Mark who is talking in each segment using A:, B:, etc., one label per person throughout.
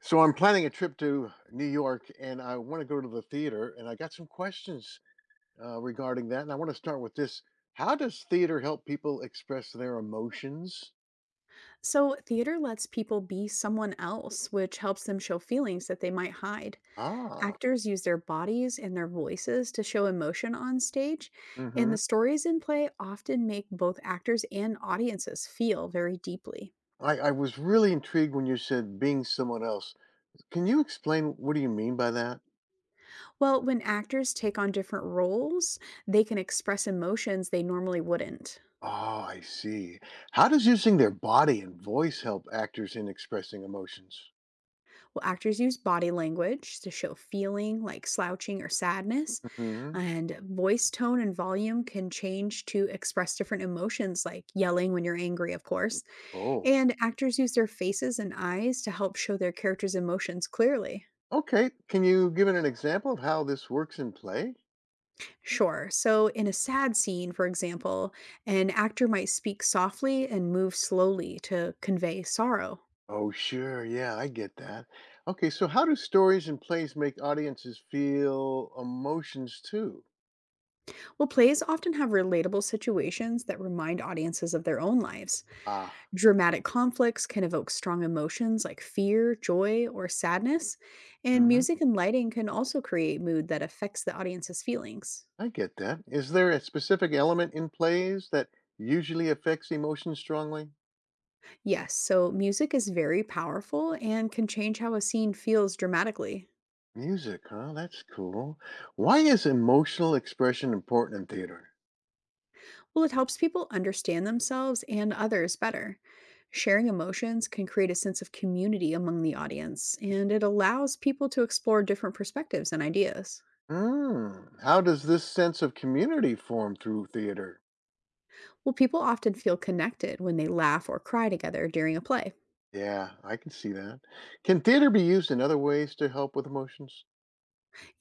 A: So I'm planning a trip to New York and I want to go to the theater and I got some questions regarding that and I want to start with this. How does theater help people express their emotions?
B: So, theater lets people be someone else, which helps them show feelings that they might hide.
A: Ah,
B: Actors use their bodies and their voices to show emotion on stage, and
A: hmm.
B: the stories in play often make both actors and audiences feel very deeply.
A: I was really intrigued when you said being someone else. Can you explain what do you mean by that?
B: Well, when actors take on different roles, they can express emotions they normally wouldn't.
A: Oh, I see. How does using their body and voice help actors in expressing emotions?
B: Well, actors use body language to show feeling like slouching or sadness,
A: Hmm.
B: and voice tone and volume can change to express different emotions, like yelling when you're angry, of course.
A: Oh,
B: And actors use their faces and eyes to help show their characters' emotions clearly.
A: okay. Can you give it an example of how this works in play?
B: Sure, so in a sad scene, for example, an actor might speak softly and move slowly to convey sorrow.
A: Oh, sure. Yeah, I get that. Okay, so how do stories and plays make audiences feel emotions too?
B: Well, plays often have relatable situations that remind audiences of their own lives.
A: Ah,
B: Dramatic conflicts can evoke strong emotions like fear, joy, or sadness, and
A: hmm.
B: music and lighting can also create mood that affects the audience's feelings.
A: I get that. Is there a specific element in plays that usually affects emotions strongly?
B: Yes, so music is very powerful and can change how a scene feels dramatically.
A: Music, huh? That's cool. Why is emotional expression important in theater?
B: Well, it helps people understand themselves and others better. Sharing emotions can create a sense of community among the audience, and it allows people to explore different perspectives and ideas.
A: Hmm. How does this sense of community form through theater?
B: Well, people often feel connected when they laugh or cry together during a play.
A: Yeah, I can see that. Can theater be used in other ways to help with emotions?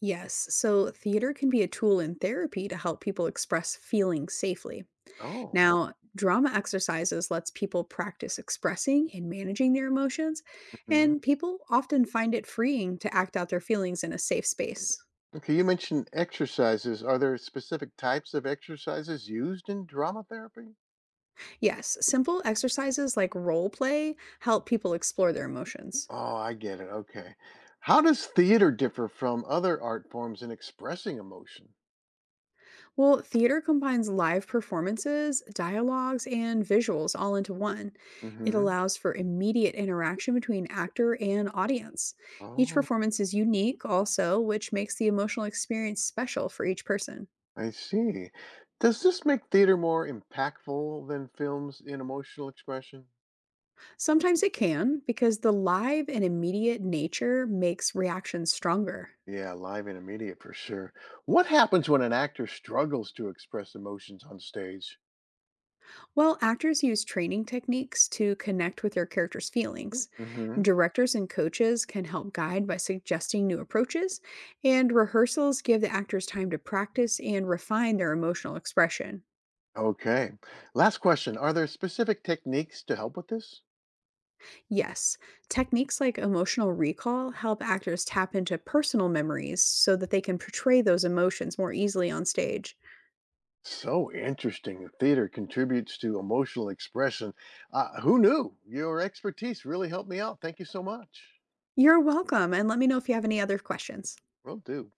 B: Yes, so theater can be a tool in therapy to help people express feelings safely.
A: Oh.
B: Now, drama exercises lets people practice expressing and managing their emotions,
A: Mhm.
B: and people often find it freeing to act out their feelings in a safe space.
A: Okay, you mentioned exercises. Are there specific types of exercises used in drama therapy?
B: Yes, simple exercises like role play help people explore their emotions.
A: Oh, I get it. Okay. How does theater differ from other art forms in expressing emotion?
B: Well, theater combines live performances, dialogues, and visuals all into one. It
A: Hmm.
B: allows for immediate interaction between actor and audience. Each
A: Oh,
B: performance is unique, also, which makes the emotional experience special for each person.
A: I see. Does this make theater more impactful than films in emotional expression?
B: Sometimes it can, because the live and immediate nature makes reactions stronger.
A: Yeah, live and immediate for sure. What happens when an actor struggles to express emotions on stage?
B: Well, actors use training techniques to connect with their characters' feelings.
A: Hmm.
B: Directors and coaches can help guide by suggesting new approaches, and rehearsals give the actors time to practice and refine their emotional expression.
A: Okay. Last question. Are there specific techniques to help with this?
B: Yes, techniques like emotional recall help actors tap into personal memories so that they can portray those emotions more easily on stage.
A: So interesting. Theater contributes to emotional expression. Who knew? Your expertise really helped me out. Thank you so much.
B: You're welcome, and let me know if you have any other questions.
A: Will do.